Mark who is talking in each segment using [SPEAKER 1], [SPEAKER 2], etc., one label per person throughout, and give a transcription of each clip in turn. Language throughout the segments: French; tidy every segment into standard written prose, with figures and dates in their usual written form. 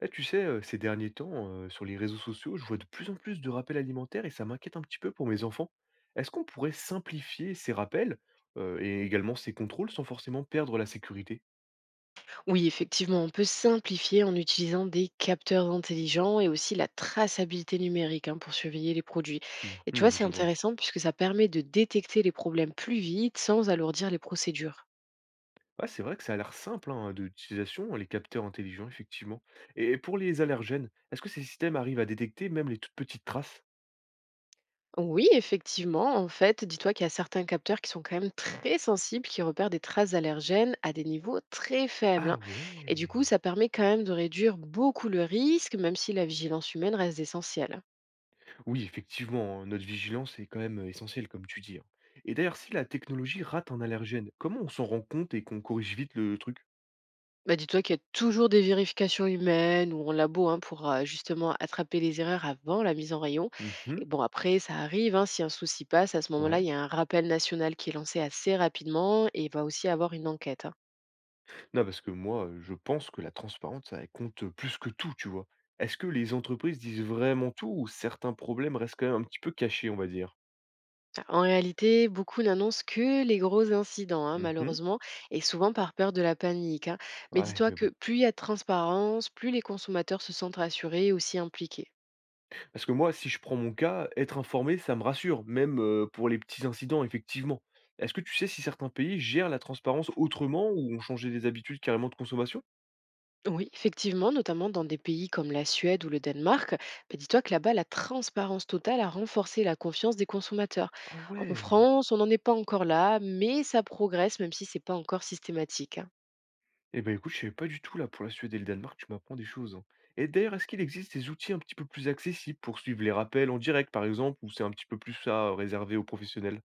[SPEAKER 1] Eh, tu sais, ces derniers temps, sur les réseaux sociaux, je vois de plus en plus de rappels alimentaires et ça m'inquiète un petit peu pour mes enfants. Est-ce qu'on pourrait simplifier ces rappels, et également ces contrôles sans forcément perdre la sécurité?
[SPEAKER 2] Oui, effectivement, on peut simplifier en utilisant des capteurs intelligents et aussi la traçabilité numérique, hein, pour surveiller les produits.
[SPEAKER 1] Mmh
[SPEAKER 2] Et tu vois,
[SPEAKER 1] mmh,
[SPEAKER 2] c'est
[SPEAKER 1] je vois.
[SPEAKER 2] intéressant puisque ça permet de détecter les problèmes plus vite sans alourdir les procédures.
[SPEAKER 1] Ouais, c'est vrai que ça a l'air simple, hein, de l'utilisation, les capteurs intelligents, effectivement. Et pour les allergènes, est-ce que ces systèmes arrivent à détecter même les toutes petites traces?
[SPEAKER 2] Oui, effectivement, en fait, dis-toi qu'il y a certains capteurs qui sont quand même très sensibles, qui repèrent des traces allergènes à des niveaux très faibles,
[SPEAKER 1] Ah
[SPEAKER 2] hein. Et du coup,
[SPEAKER 1] ouais!
[SPEAKER 2] ça permet quand même de réduire beaucoup le risque, même si la vigilance humaine reste essentielle.
[SPEAKER 1] Oui, effectivement, hein, notre vigilance est quand même essentielle, comme tu dis, hein. Et d'ailleurs, si la technologie rate un allergène, comment on s'en rend compte et qu'on corrige vite le truc?
[SPEAKER 2] Bah, dis-toi qu'il y a toujours des vérifications humaines ou en labo, hein, pour justement attraper les erreurs avant la mise en rayon.
[SPEAKER 1] Mhm.
[SPEAKER 2] Et bon, après, ça arrive, hein, si un souci passe, à ce moment-là,
[SPEAKER 1] Ouais.
[SPEAKER 2] il y a un rappel national qui est lancé assez rapidement et il va aussi avoir une enquête, hein.
[SPEAKER 1] Non, parce que moi, je pense que la transparence, ça elle compte plus que tout, tu vois. Est-ce que les entreprises disent vraiment tout ou certains problèmes restent quand même un petit peu cachés, on va dire?
[SPEAKER 2] Ah, en réalité, beaucoup n'annoncent que les gros incidents, hein,
[SPEAKER 1] Mhm.
[SPEAKER 2] malheureusement, et souvent par peur de la panique, hein. Mais
[SPEAKER 1] Ouais,
[SPEAKER 2] dis-toi
[SPEAKER 1] mais bon.
[SPEAKER 2] que plus il y a de transparence, plus les consommateurs se sentent rassurés et aussi impliqués.
[SPEAKER 1] Parce que moi, si je prends mon cas, être informé, ça me rassure, même pour les petits incidents, effectivement. Est-ce que tu sais si certains pays gèrent la transparence autrement ou ont changé des habitudes carrément de consommation?
[SPEAKER 2] Oui, effectivement, notamment dans des pays comme la Suède ou le Danemark, bah, dis-toi que là-bas, la transparence totale a renforcé la confiance des consommateurs.
[SPEAKER 1] Ah
[SPEAKER 2] En
[SPEAKER 1] ouais!
[SPEAKER 2] France, on n'en est pas encore là, mais ça progresse, même si c'est pas encore systématique, hein.
[SPEAKER 1] Eh ben, écoute, je savais pas du tout là pour la Suède et le Danemark, tu m'apprends des choses, hein. Et d'ailleurs, est-ce qu'il existe des outils un petit peu plus accessibles pour suivre les rappels en direct, par exemple, ou c'est un petit peu plus ça, réservé aux professionnels?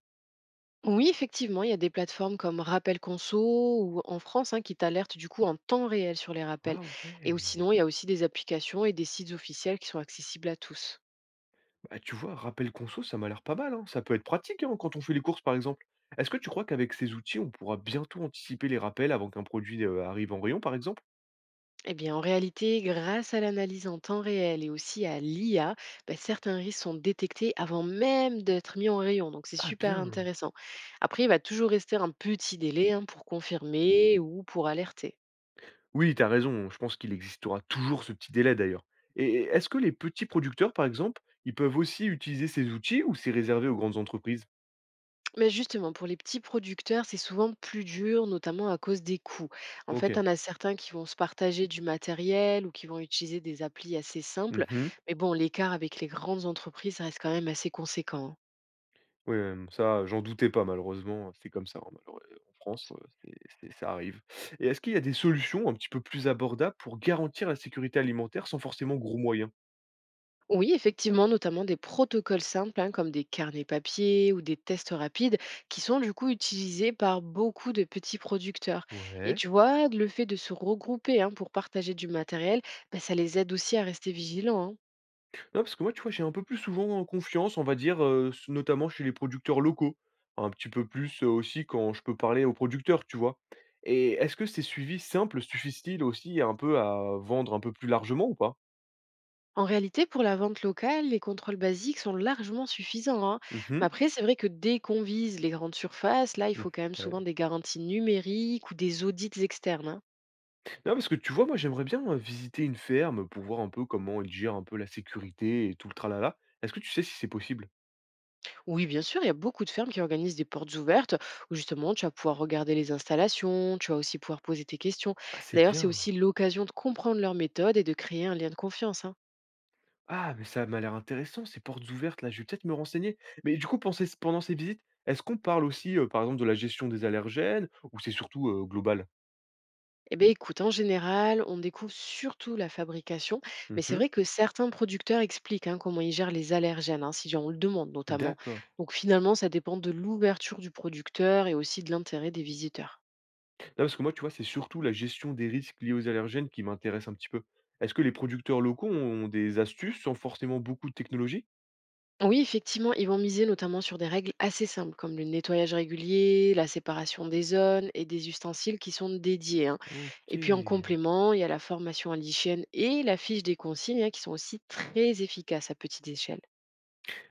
[SPEAKER 2] Oui, effectivement, il y a des plateformes comme Rappel Conso ou en France, hein, qui t'alertent du coup en temps réel sur les rappels.
[SPEAKER 1] Ah
[SPEAKER 2] Et ou
[SPEAKER 1] ouais!
[SPEAKER 2] sinon, il y a aussi des applications et des sites officiels qui sont accessibles à tous.
[SPEAKER 1] Bah, tu vois, rappel conso, ça m'a l'air pas mal, hein. Ça peut être pratique, hein, quand on fait les courses, par exemple. Est-ce que tu crois qu'avec ces outils, on pourra bientôt anticiper les rappels avant qu'un produit, arrive en rayon, par exemple?
[SPEAKER 2] Eh bien, en réalité, grâce à l'analyse en temps réel et aussi à l'IA, ben, certains risques sont détectés avant même d'être mis en rayon. Donc, c'est
[SPEAKER 1] Ah
[SPEAKER 2] super
[SPEAKER 1] bien!
[SPEAKER 2] intéressant. Après, il va toujours rester un petit délai, hein, pour confirmer ou pour alerter.
[SPEAKER 1] Oui, tu as raison, je pense qu'il existera toujours ce petit délai d'ailleurs. Et est-ce que les petits producteurs, par exemple, ils peuvent aussi utiliser ces outils ou c'est réservé aux grandes entreprises?
[SPEAKER 2] Mais justement, pour les petits producteurs, c'est souvent plus dur, notamment à cause des coûts. En fait,
[SPEAKER 1] OK.
[SPEAKER 2] on a certains qui vont se partager du matériel ou qui vont utiliser des applis assez simples.
[SPEAKER 1] Mmh mh.
[SPEAKER 2] Mais bon, l'écart avec les grandes entreprises reste quand même assez conséquent, hein.
[SPEAKER 1] Ouais, ça, j'en doutais pas malheureusement, c'est comme ça, hein, malheureux en France, c'est ça arrive. Et est-ce qu'il y a des solutions un petit peu plus abordables pour garantir la sécurité alimentaire sans forcément gros moyens?
[SPEAKER 2] Oui, effectivement, notamment des protocoles simples, hein, comme des carnets papier ou des tests rapides qui sont du coup utilisés par beaucoup de petits producteurs. Et
[SPEAKER 1] Ouais.
[SPEAKER 2] tu vois, le fait de se regrouper, hein, pour partager du matériel, bah, ça les aide aussi à rester vigilants, hein.
[SPEAKER 1] Non, parce que moi, tu vois, j'ai un peu plus souvent confiance, on va dire, s notamment chez les producteurs locaux. Un petit peu plus, aussi quand je peux parler aux producteurs, tu vois? Et est-ce que ces suivis simples suffisent-ils aussi un peu à vendre un peu plus largement ou pas?
[SPEAKER 2] En réalité, pour la vente locale, les contrôles basiques sont largement suffisants, hein.
[SPEAKER 1] Mmh
[SPEAKER 2] Mais
[SPEAKER 1] mh.
[SPEAKER 2] après, c'est vrai que dès qu'on vise les grandes surfaces, là, il
[SPEAKER 1] Mmh.
[SPEAKER 2] faut quand même
[SPEAKER 1] Ouais, ouais.
[SPEAKER 2] souvent des garanties numériques ou des audits externes, hein.
[SPEAKER 1] Non, parce que tu vois, moi, j'aimerais bien, visiter une ferme pour voir un peu comment ils gèrent un peu la sécurité et tout le tralala. Est-ce que tu sais si c'est possible?
[SPEAKER 2] Oui, bien sûr, il y a beaucoup de fermes qui organisent des portes ouvertes où justement tu vas pouvoir regarder les installations, tu vas aussi pouvoir poser tes questions.
[SPEAKER 1] Ah, c'est
[SPEAKER 2] D'ailleurs, c'est
[SPEAKER 1] bien.
[SPEAKER 2] aussi l'occasion de comprendre leurs méthodes et de créer un lien de confiance, hein.
[SPEAKER 1] Ah, mais ça m'a l'air intéressant, ces portes ouvertes là, je vais peut-être me renseigner. Mais du coup, pendant ces visites, est-ce qu'on parle aussi, par exemple, de la gestion des allergènes ou c'est surtout global?
[SPEAKER 2] Eh bien, écoute, en général, on découvre surtout la fabrication, mais c'est
[SPEAKER 1] Mhm.
[SPEAKER 2] vrai que certains producteurs expliquent, hein, comment ils gèrent les allergènes, hein, si on le demande notamment.
[SPEAKER 1] D'accord.
[SPEAKER 2] Donc finalement, ça dépend de l'ouverture du producteur et aussi de l'intérêt des visiteurs.
[SPEAKER 1] Non, parce que moi, tu vois, c'est surtout la gestion des risques liés aux allergènes qui m'intéresse un petit peu. Est-ce que les producteurs locaux ont des astuces sans forcément beaucoup de technologie?
[SPEAKER 2] Oui, effectivement, ils vont miser notamment sur des règles assez simples, comme le nettoyage régulier, la séparation des zones et des ustensiles qui sont dédiés, hein.
[SPEAKER 1] Ok.
[SPEAKER 2] Et puis en complément, il y a la formation à l'hygiène et la fiche des consignes, hein, qui sont aussi très efficaces à petite échelle.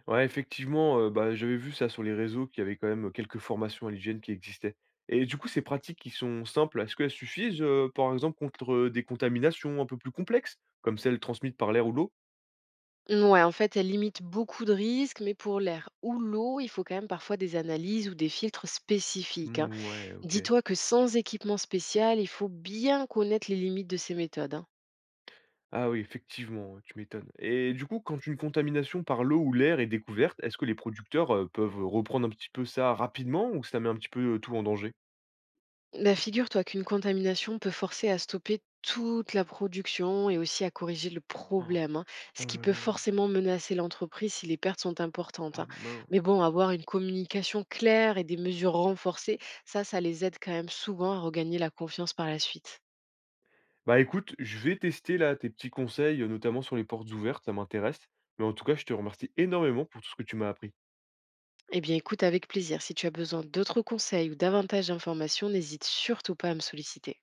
[SPEAKER 1] Ouais, effectivement, bah, j'avais vu ça sur les réseaux qu'il y avait quand même quelques formations à l'hygiène qui existaient. Et du coup, ces pratiques qui sont simples, est-ce qu'elles suffisent, par exemple, contre, des contaminations un peu plus complexes, comme celles transmises par l'air ou l'eau?
[SPEAKER 2] Ouais, en fait, elle limite beaucoup de risques, mais pour l'air ou l'eau, il faut quand même parfois des analyses ou des filtres spécifiques, hein.
[SPEAKER 1] Mmh, ouais, OK.
[SPEAKER 2] Dis-toi que sans équipement spécial, il faut bien connaître les limites de ces méthodes, hein.
[SPEAKER 1] Ah oui, effectivement, ouais, tu m'étonnes. Et du coup, quand une contamination par l'eau ou l'air est découverte, est-ce que les producteurs, peuvent reprendre un petit peu ça rapidement ou ça met un petit peu, tout en danger?
[SPEAKER 2] Bah, figure-toi qu'une contamination peut forcer à stopper toute la production et aussi à corriger le
[SPEAKER 1] Oh
[SPEAKER 2] problème, hein, ce
[SPEAKER 1] oh
[SPEAKER 2] qui
[SPEAKER 1] là
[SPEAKER 2] peut
[SPEAKER 1] là,
[SPEAKER 2] forcément menacer l'entreprise si les pertes sont importantes,
[SPEAKER 1] ah
[SPEAKER 2] hein.
[SPEAKER 1] mince.
[SPEAKER 2] Mais bon, avoir une communication claire et des mesures renforcées, ça les aide quand même souvent à regagner la confiance par la suite.
[SPEAKER 1] Bah écoute, je vais tester là tes petits conseils, notamment sur les portes ouvertes, ça m'intéresse. Mais en tout cas, je te remercie énormément pour tout ce que tu m'as appris.
[SPEAKER 2] Eh bien, écoute avec plaisir. Si tu as besoin d'autres conseils ou davantage d'informations, n'hésite surtout pas à me solliciter.